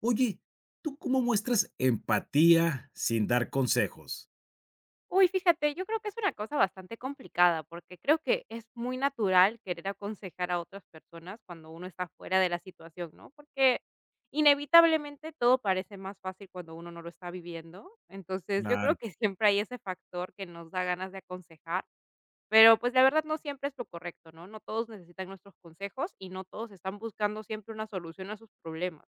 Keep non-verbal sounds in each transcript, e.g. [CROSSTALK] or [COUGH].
Oye, ¿tú cómo muestras empatía sin dar consejos? Uy, fíjate, yo creo que es una cosa bastante complicada, porque creo que es muy natural querer aconsejar a otras personas cuando uno está fuera de la situación, ¿no? Porque inevitablemente todo parece más fácil cuando uno no lo está viviendo. Entonces, yo Claro, creo que siempre hay ese factor que nos da ganas de aconsejar, pero pues la verdad no siempre es lo correcto, ¿no? No todos necesitan nuestros consejos y no todos están buscando siempre una solución a sus problemas.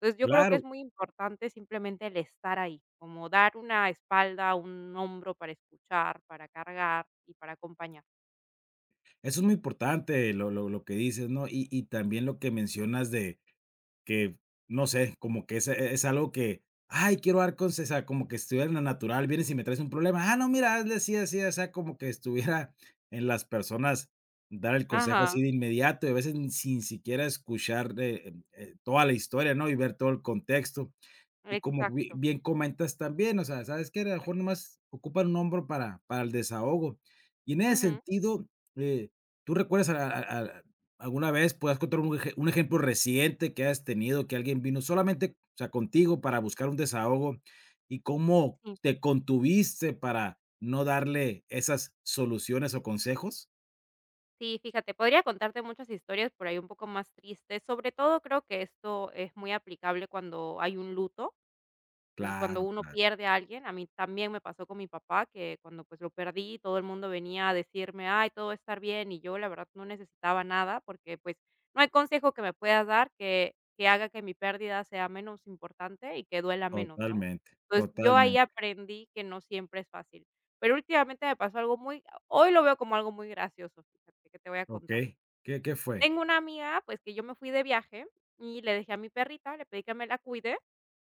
Entonces, yo creo que claro. es muy importante simplemente el estar ahí, como dar una espalda, un hombro para escuchar, para cargar y para acompañar. Eso es muy importante, lo que dices, ¿no? Y también lo que mencionas de que, no sé, como que es algo que: "Ay, quiero dar conse", o sea, como que estuviera en la natural, vienes y me traes un problema. Ah, no, mira, hazle así, así, o sea como que estuviera en las personas dar el consejo así Ajá, de inmediato, y a veces sin siquiera escuchar, toda la historia, ¿no? Y ver todo el contexto. Y como bi exacto. bien comentas también, o sea, ¿sabes que a lo mejor nomás ocupan un hombro para el desahogo? Y en ese Ujú, sentido, eh, ¿tú recuerdas a alguna vez puedas contar un eje un ejemplo reciente que has tenido, que alguien vino solamente, o sea, contigo para buscar un desahogo, y cómo sí. te contuviste para no darle esas soluciones o consejos? Sí, fíjate, podría contarte muchas historias por ahí un poco más tristes. Sobre todo creo que esto es muy aplicable cuando hay un luto. Entonces, cuando Claro, uno claro, pierde a alguien, a mí también me pasó con mi papá, que cuando, pues, lo perdí, todo el mundo venía a decirme: "Ay, todo va a estar bien", y yo, la verdad, no necesitaba nada, porque, pues, no hay consejo que me puedas dar que haga que mi pérdida sea menos importante y que duela menos, ¿no? totalmente, Entonces, yo ahí totalmente. aprendí que no siempre es fácil. Pero últimamente me pasó algo muy hoy lo veo como algo muy gracioso, fíjate, que te voy a contar. Okey, ¿qué fue? Tengo una amiga, pues, que yo me fui de viaje y le dejé a mi perrita, le pedí que me la cuide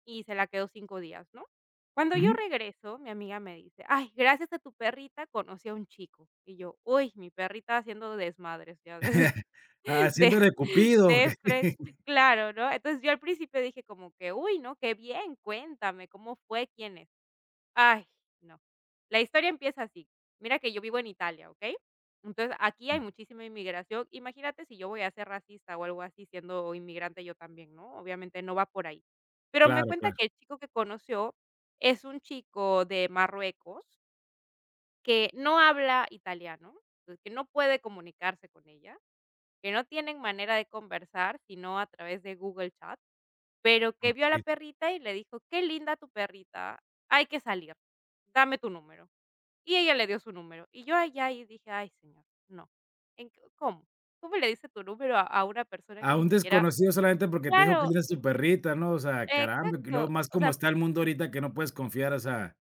y se la quedó 5 días, ¿no? Cuando yo regreso, mi amiga me dice: "Ay, gracias a tu perrita conocí a un chico". Y yo: "Uy, mi perrita haciendo desmadres ya desde [LAUGHS] [LAUGHS] de, Haciéndole cupido, ¿o de qué? fre [LAUGHS] claro, ¿no? Entonces, yo al principio dije como que: "Uy, no, qué bien, cuéntame, ¿cómo fue? ¿Quién es?". Ay, no. La historia empieza así. Mira que yo vivo en Italia, ¿ok? Entonces, aquí No, hay muchísima inmigración. Imagínate si yo voy a ser racista o algo así siendo inmigrante yo también, ¿no? Obviamente no va por ahí. Pero me claro, cuenta claro, que el chico que conoció es un chico de Marruecos que no habla italiano, pues, que no puede comunicarse con ella, que no tienen manera de conversar, sino a través de Google Chat, pero que vio a la okey. perrita y le dijo: "Qué linda tu perrita, hay que salir, dame tu número". Y ella le dio su número. Y yo allá y dije: "Ay, señor, no. ¿En c Cómo? ¿Cómo le dice tu número a una persona que A ni un siquiera?". desconocido solamente porque te dijo que Claro, era su perrita, ¿no? O sea, caramba, que luego exacto. más O como sea, está el mundo ahorita que no puedes confiar, o sea,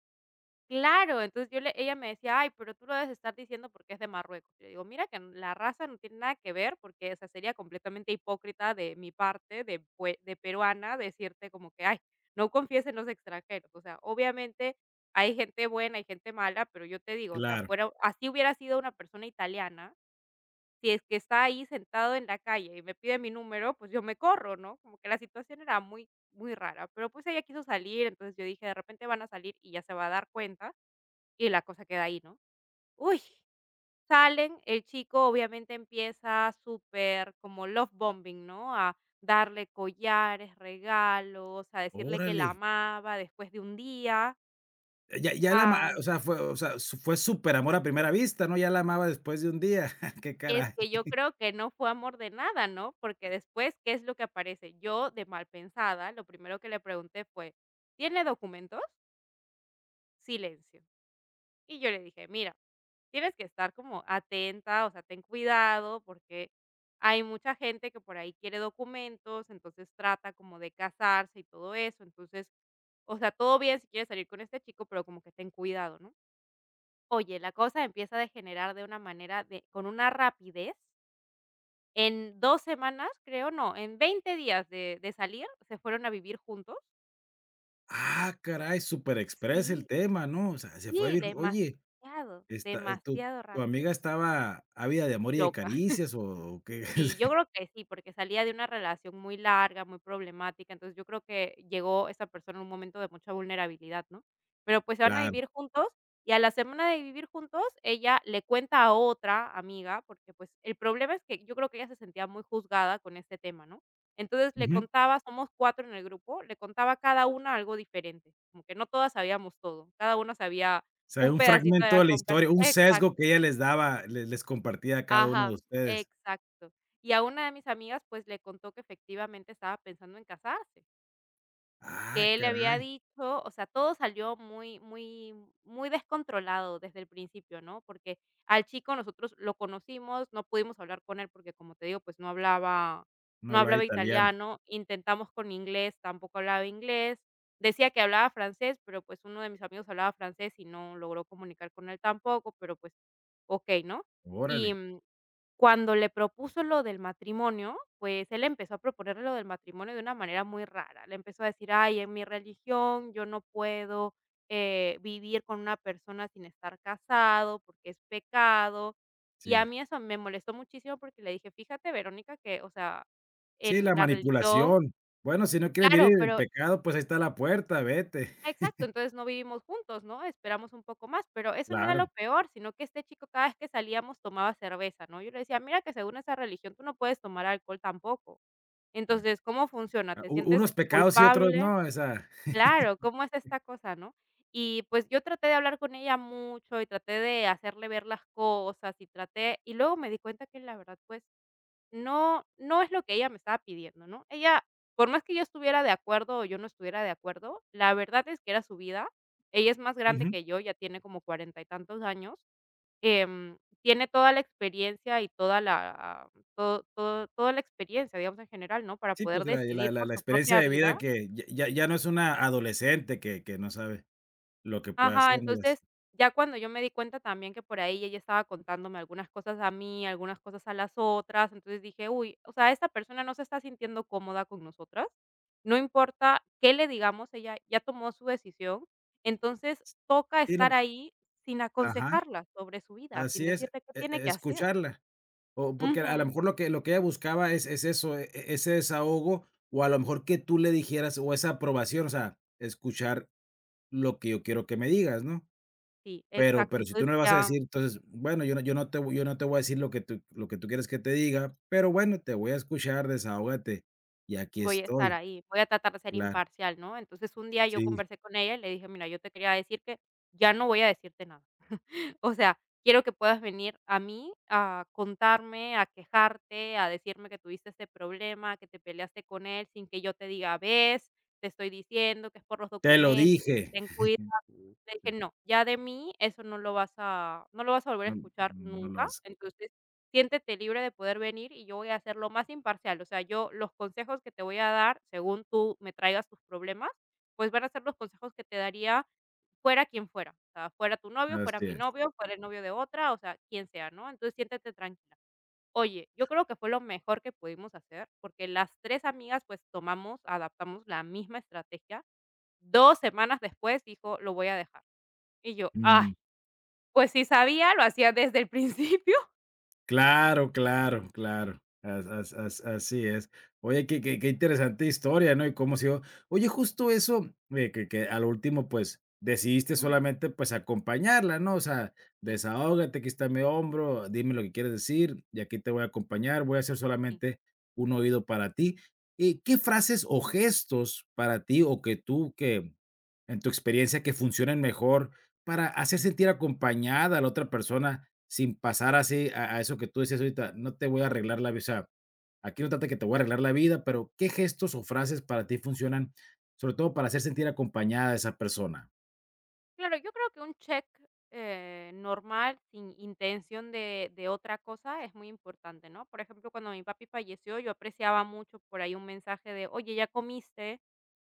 claro. Entonces yo le ella me decía: "Ay, pero tú lo debes estar diciendo porque es de Marruecos". Yo le digo: "Mira que la raza no tiene nada que ver porque, o sea, sería completamente hipócrita de mi parte de peruana decirte como que: "Ay, no confíes en los extranjeros". O sea, obviamente hay gente buena, hay gente mala, pero yo te digo, o sea, claro. fuera así hubiera sido una persona italiana. Si es que está ahí sentado en la calle y me pide mi número, pues yo me corro, ¿no? Como que la situación era muy, muy rara, pero pues ella quiso salir, entonces yo dije: "De repente van a salir y ya se va a dar cuenta", y la cosa queda ahí, ¿no? Uy, salen, el chico obviamente empieza súper como love bombing, ¿no? A darle collares, regalos, a decirle que Órale. la amaba después de un día. Ya la ama, o sea, su fue súper amor a primera vista, ¿no? Ya la amaba después de un día. [LAUGHS] Qué Es caray. que yo creo que no fue amor de nada, ¿no? Porque después, ¿qué es lo que aparece? Yo, de mal pensada, lo primero que le pregunté fue: "¿Tiene documentos?". Silencio. Y yo le dije: "Mira, tienes que estar como atenta, o sea, ten cuidado, porque hay mucha gente que por ahí quiere documentos, entonces trata como de casarse y todo eso. Entonces, o sea, todo bien si quieres salir con este chico, pero como que ten cuidado", ¿no? Oye, la cosa empieza a degenerar de una manera de con una rapidez. En 2 semanas, creo, no, en 20 días de salir, se fueron a vivir juntos. Ah, caray, súper express el Sí, tema, ¿no? O sea, se fue sí, bien. Oye, demasiado, está demasiado tu amiga rápido. estaba ávida de amor y de Loca. caricias o qué? Sí, yo [LAUGHS] creo que sí, porque salía de una relación muy larga, muy problemática, entonces yo creo que llegó esa persona en un momento de mucha vulnerabilidad, ¿no? Pero, pues, se van a Claro. vivir juntos y a la semana de vivir juntos, ella le cuenta a otra amiga, porque, pues, el problema es que yo creo que ella se sentía muy juzgada con este tema, ¿no? Entonces le contaba, somos 4 en el grupo, le contaba a cada una algo diferente, como que no todas sabíamos todo, cada una sabía O sea, un un pedacito de fragmento la de la conversación. historia, un sesgo que Exacto. ella les daba, les compartía a cada uno Ajá, de ustedes. exacto. Y a una de mis amigas, pues, le contó que efectivamente estaba pensando en casarse, Ah, que él le había caray, dicho, o sea, todo salió muy muy muy descontrolado desde el principio, ¿no? Porque al chico nosotros lo conocimos, no pudimos hablar con él porque, como te digo, pues, no hablaba no no hablaba hablaba italiano. italiano, intentamos con inglés, tampoco hablaba inglés, decía que hablaba francés, pero, pues, uno de mis amigos hablaba francés y no logró comunicar con él tampoco, pero, pues, okey, ¿no? Y Órale, cuando le propuso lo del matrimonio, pues, él empezó a proponerle lo del matrimonio de una manera muy rara. Le empezó a decir: "Ay, en mi religión yo no puedo, vivir con una persona sin estar casado, porque es pecado". Y a sí. mí eso me molestó muchísimo porque le dije: "Fíjate, Verónica, que, o sea, Sí, la en la religión". manipulación. Bueno, si no quieres vivir Claro, en pero pecado, pues ahí está la puerta, vete. exacto, entonces no vivimos juntos, ¿no? Esperamos un poco más, pero eso no era lo Claro, peor, sino que este chico cada vez que salíamos tomaba cerveza, ¿no? Yo le decía, mira que según esa religión tú no puedes tomar alcohol tampoco. bueno, Entonces, ¿cómo funciona? ah, ¿Te u sientes unos pecados y otros culpable? no, esa Claro, ¿cómo es esta cosa, no? Y pues yo traté de hablar con ella mucho y traté de hacerle ver las cosas y luego me di cuenta que la verdad, pues no es lo que ella me estaba pidiendo, ¿no? Ella, por más que yo estuviera de acuerdo, o yo no estuviera de acuerdo, la verdad es que era su vida. Ella es más grande ujú. que yo, ya tiene como cuarenta y tantos años, tiene toda la experiencia y toda la todo todo toda la experiencia, digamos, en general, ¿no? Para Sí, poder pues la la decidir la por la su experiencia propia de vida, vida. que ya no es una adolescente que no sabe lo que puede Ajá, hacer ni des, entonces, ya cuando yo me di cuenta también que por ahí ella estaba contándome algunas cosas a mí, algunas cosas a las otras, entonces dije: "Uy, o sea, esta persona no se está sintiendo cómoda con nosotras, no importa qué le digamos, ella ya tomó su decisión, entonces toca sí, no, estar ahí sin ajá, aconsejarla sobre su vida, sin así es, decirle qué tiene que hacer". escucharla. O porque a lo Ujú, mejor lo que ella buscaba es eso, ese desahogo, o a lo mejor que tú le dijeras, o esa aprobación, o sea, escuchar lo que yo quiero que me digas, ¿no? sí, exacto, Pero si tú entonces no le vas a ya decir, entonces, bueno, yo no te voy a decir lo que tú quieres que te diga, pero bueno, te voy a escuchar, desahógate, y aquí voy a estar estoy, ahí, voy a tratar de ser claro, imparcial, ¿no? Entonces, un día yo sí, conversé con ella y le dije: "Mira, yo te quería decir que ya no voy a decirte nada". [LAUGHS] O sea, quiero que puedas venir a mí a contarme, a quejarte, a decirme que tuviste este problema, que te peleaste con él sin que yo te diga, ves, te estoy diciendo que es por los te lo documentos, que dije. ten cuidado. [LAUGHS] Le Sí, dije, no, ya de mí eso no lo vas a, no lo vas a volver a no, escuchar no lo nunca. hace, Entonces, siéntete libre de poder venir y yo voy a hacer lo más imparcial. O sea, yo los consejos que te voy a dar, según tú me traigas tus problemas, pues van a ser los consejos que te daría. Fuera quien fuera, o sea, fuera tu novio, fuera así mi es, novio, fuera el novio de otra, o sea, quien sea, ¿no? Entonces, siéntete tranquila. Oye, yo creo que fue lo mejor que pudimos hacer, porque las 3 amigas, pues, tomamos, adaptamos la misma estrategia. 2 semanas después dijo: "Lo voy a dejar". Y yo: "Ay, mm. pues sí sabía, lo hacía desde el principio". [LAUGHS] Claro, claro, claro. As as as Así es. Oye, qué qué interesante historia, ¿no? Y cómo se dio. Oye, justo eso, que al último, pues, decidiste Ujú, solamente, pues, acompañarla, ¿no? O sea, sí, desahógate, aquí está mi hombro, dime lo que quieres decir y aquí te voy a acompañar, voy a ser sí. solamente un oído para ti. ¿Y qué frases o gestos para ti, o que tú que en tu experiencia que funcionen mejor para hacer sentir acompañada a la otra persona sin pasar así a eso que tú decías ahorita, no te voy a Ujú. arreglar la vida, o sea, aquí no trata que te voy a arreglar la vida, pero, ¿qué gestos o frases para ti funcionan, sobre todo para hacer sentir acompañada a esa persona? Claro, yo creo que un check, normal, sin intención de otra cosa, es muy importante, ¿no? Por ejemplo, cuando mi papi falleció, yo apreciaba mucho por ahí un mensaje de: "Oye, ¿ya comiste?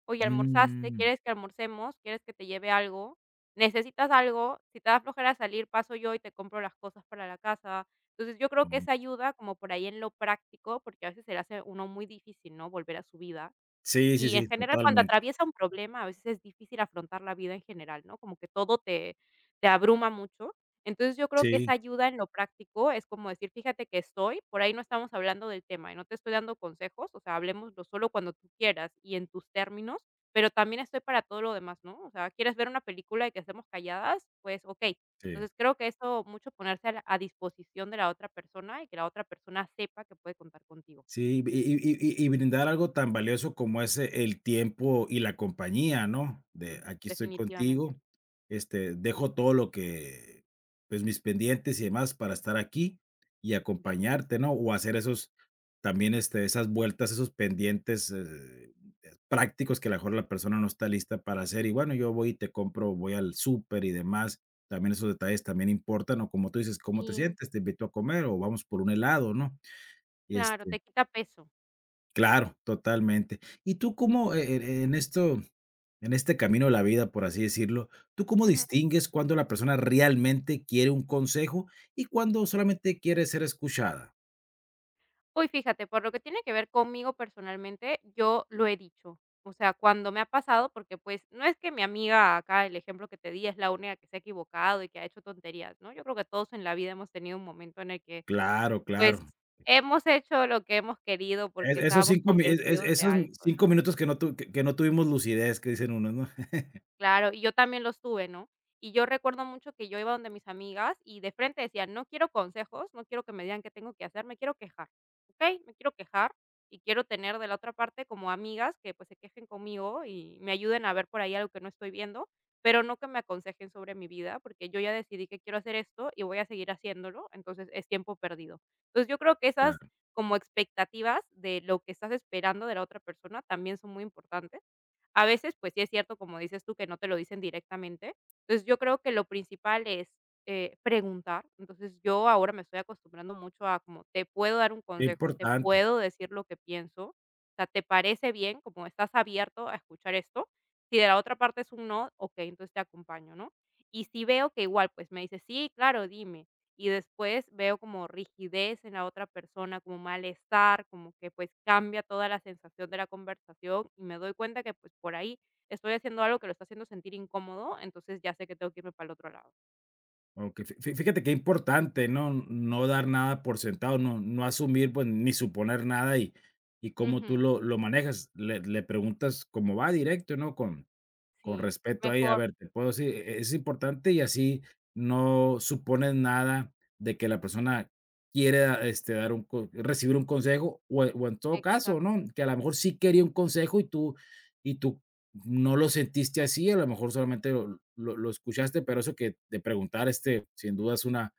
Oye, ¿almorzaste? Mm, ¿Quieres que almorcemos? ¿Quieres que te lleve algo? ¿Necesitas algo? Si te da flojera salir, paso yo y te compro las cosas para la casa". Entonces, yo creo que oh. esa ayuda como por ahí en lo práctico, porque a veces se le hace a uno muy difícil, ¿no?, volver a su vida. Sí, sí, Y en sí, general, cuando totalmente. atraviesa un problema, a veces es difícil afrontar la vida en general, ¿no? Como que todo te abruma mucho. Entonces, yo creo que Sí, esa ayuda en lo práctico es como decir: "Fíjate que estoy, por ahí no estamos hablando del tema y no te estoy dando consejos, o sea, hablemoslo solo cuando tú quieras y en tus términos, pero también estoy para todo lo demás", ¿no? O sea, ¿quieres ver una película y que estemos calladas? Pues, okey. sí. Entonces, creo que eso mucho ponerse a disposición de la otra persona y que la otra persona sepa que puede contar contigo. Sí, y brindar algo tan valioso como es el tiempo y la compañía, ¿no? De Sí, aquí estoy definitivamente. contigo, este, dejo todo lo que, pues, mis pendientes y demás para estar aquí y Defi acompañarte, ¿no? O hacer esos también, este, esas vueltas, esos pendientes, prácticos que a lo mejor la persona no está lista para hacer. Y bueno, yo voy y te compro, voy al súper y demás. También esos detalles también importan, o como tú dices, ¿cómo te sí. sientes? Te invito a comer o vamos por un helado, ¿no? Y Claro, este te quita peso. claro, totalmente. ¿Y tú cómo, en esto en este camino de la vida, por así decirlo, tú cómo Ujú. distingues cuando la persona realmente quiere un consejo y cuando solamente quiere ser escuchada? Pues fíjate, por lo que tiene que ver conmigo personalmente, yo lo he dicho. O sea, cuando me ha pasado, porque pues no es que mi amiga acá, el ejemplo que te di, es la única que se ha equivocado y que ha hecho tonterías, ¿no? Yo creo que todos en la vida hemos tenido un momento en el que Claro, claro. pues hemos hecho lo que hemos querido porque Esos estábamos 5 mi es convencidos de esos algo. 5 minutos que no tu que no tuvimos lucidez, que dicen unos, ¿no? [LAUGHS] Claro, y yo también los tuve, ¿no? Y yo recuerdo mucho que yo iba donde mis amigas y de frente decía: "No quiero consejos, no quiero que me digan qué tengo que hacer, me quiero quejar, ¿ok? Me quiero quejar y quiero tener de la otra parte como amigas que, pues, se quejen conmigo y me ayuden a ver por ahí algo que no estoy viendo, pero no que me aconsejen sobre mi vida, porque yo ya decidí que quiero hacer esto y voy a seguir haciéndolo, entonces es tiempo perdido". Entonces, yo creo que esas Claro, como expectativas de lo que estás esperando de la otra persona también son muy importantes. A veces, pues sí es cierto, como dices tú, que no te lo dicen directamente. Entonces, yo creo que lo principal es, preguntar. Entonces, yo ahora me estoy acostumbrando mucho a como, te puedo dar un consejo, te importante. puedo decir lo que pienso. O sea, ¿te parece bien? Como, ¿estás abierto a escuchar esto? Si de la otra parte es un no, okey, entonces te acompaño, ¿no? Y si veo que igual, pues me dice: "Sí, claro, dime" y después veo como rigidez en la otra persona, como malestar, como que, pues, cambia toda la sensación de la conversación, y me doy cuenta que, pues, por ahí estoy haciendo algo que lo está haciendo sentir incómodo, entonces ya sé que tengo que irme para el otro lado. Aunque fí fí fíjate qué importante, ¿no? No dar nada por sentado, no, no asumir, pues, ni suponer nada, y y cómo tú Ujú, lo manejas. Le preguntas cómo va, directo, ¿no? Con sí, respeto ahí, a mejor, ver, te puedo decir, es importante y así no supones nada de que la persona quiere este, dar un co recibir un consejo o en todo caso, exacto. ¿no? Que a lo mejor sí quería un consejo y tú no lo sentiste así, a lo mejor solamente lo escuchaste, pero eso que de preguntar, este, sin duda es una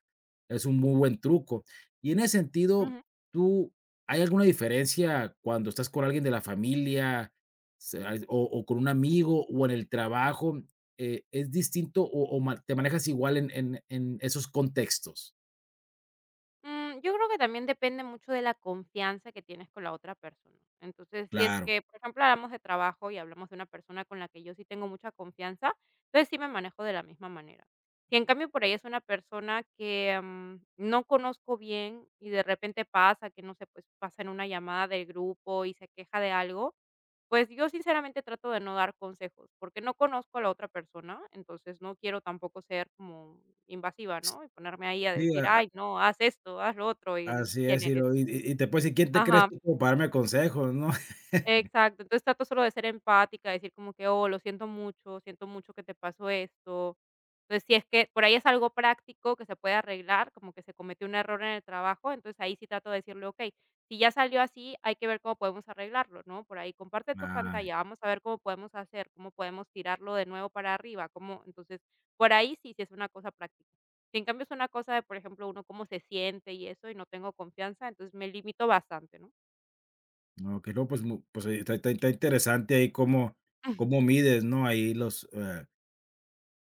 es un muy buen truco. Y en ese sentido, ¿tú hay alguna diferencia cuando estás con alguien de la familia, se al o con un amigo o en el trabajo? ¿Es distinto o ma te manejas igual en en esos contextos? Yo creo que también depende mucho de la confianza que tienes con la otra persona. Entonces, si es Claro. que, por ejemplo, hablamos de trabajo y hablamos de una persona con la que yo sí tengo mucha confianza, entonces sí me manejo de la misma manera. Si en cambio por ahí es una persona que no conozco bien y de repente pasa que, no sé, pues pasa en una llamada del grupo y se queja de algo, pues, yo sinceramente trato de no dar consejos, porque no conozco a la otra persona, entonces no quiero tampoco ser como invasiva, ¿no? Y ponerme ahí a Sí, decir: a "Ay, no, haz esto, haz lo otro", y, así es, ¿quién eres? Ciro. Y te puedo decir, ¿quién te crees Ajá. tú como para darme consejos, no? Exacto, entonces trato solo de ser empática, decir como que: "Oh, lo siento mucho que te pasó esto". Entonces, si es que por ahí es algo práctico que se puede arreglar, como que se cometió un error en el trabajo, entonces ahí sí trato de decirle: "Okey, si ya salió así, hay que ver cómo podemos arreglarlo", ¿no? Por ahí: "Comparte [LAUGHS] tu Ay, pantalla, vamos a ver cómo podemos hacer, cómo podemos tirarlo de nuevo para arriba, cómo". Entonces, por ahí sí, sí es una cosa práctica. Si en cambio es una cosa de, por ejemplo, uno cómo se siente y eso, y no tengo confianza, entonces me limito bastante, ¿no? no, que no, pues mu pues, ahí está interesante ahí cómo [LAUGHS] cómo mides, ¿no? Ahí los,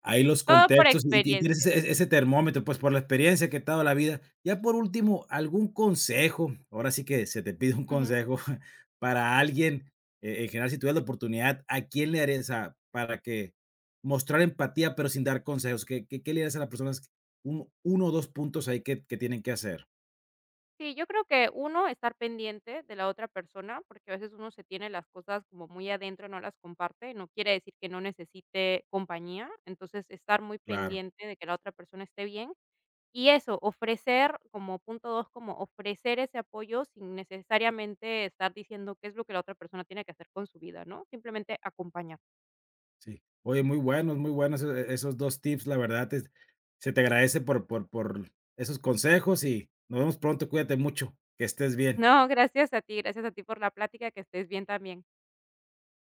ahí los Todo por contextos y ti tienes experiencia. ese ese termómetro, pues, por la experiencia que te ha dado la vida. Ya por último, algún consejo, ahora sí que se te pide un Ujú. consejo [LAUGHS] para alguien, en general, si tuvieras la oportunidad, ¿a quién le darías? O sea, para que mostrar empatía, pero sin dar consejos, ¿qué le darías a las personas? Un Uno o 2 puntos ahí que tienen que hacer. Sí, yo creo que uno, estar pendiente de la otra persona, porque a veces uno se tiene las cosas como muy adentro, no las comparte, no quiere decir que no necesite compañía, entonces estar muy Claro, pendiente de que la otra persona esté bien y eso, ofrecer como punto dos, como ofrecer ese apoyo sin necesariamente estar diciendo qué es lo que la otra persona tiene que hacer con su vida, ¿no? Simplemente acompañar. sí. Oye, muy buenos esos esos 2 tips, la verdad es se te agradece por esos consejos y nos vemos pronto, cuídate mucho, que estés bien. No, gracias a ti por la plática, que estés bien también.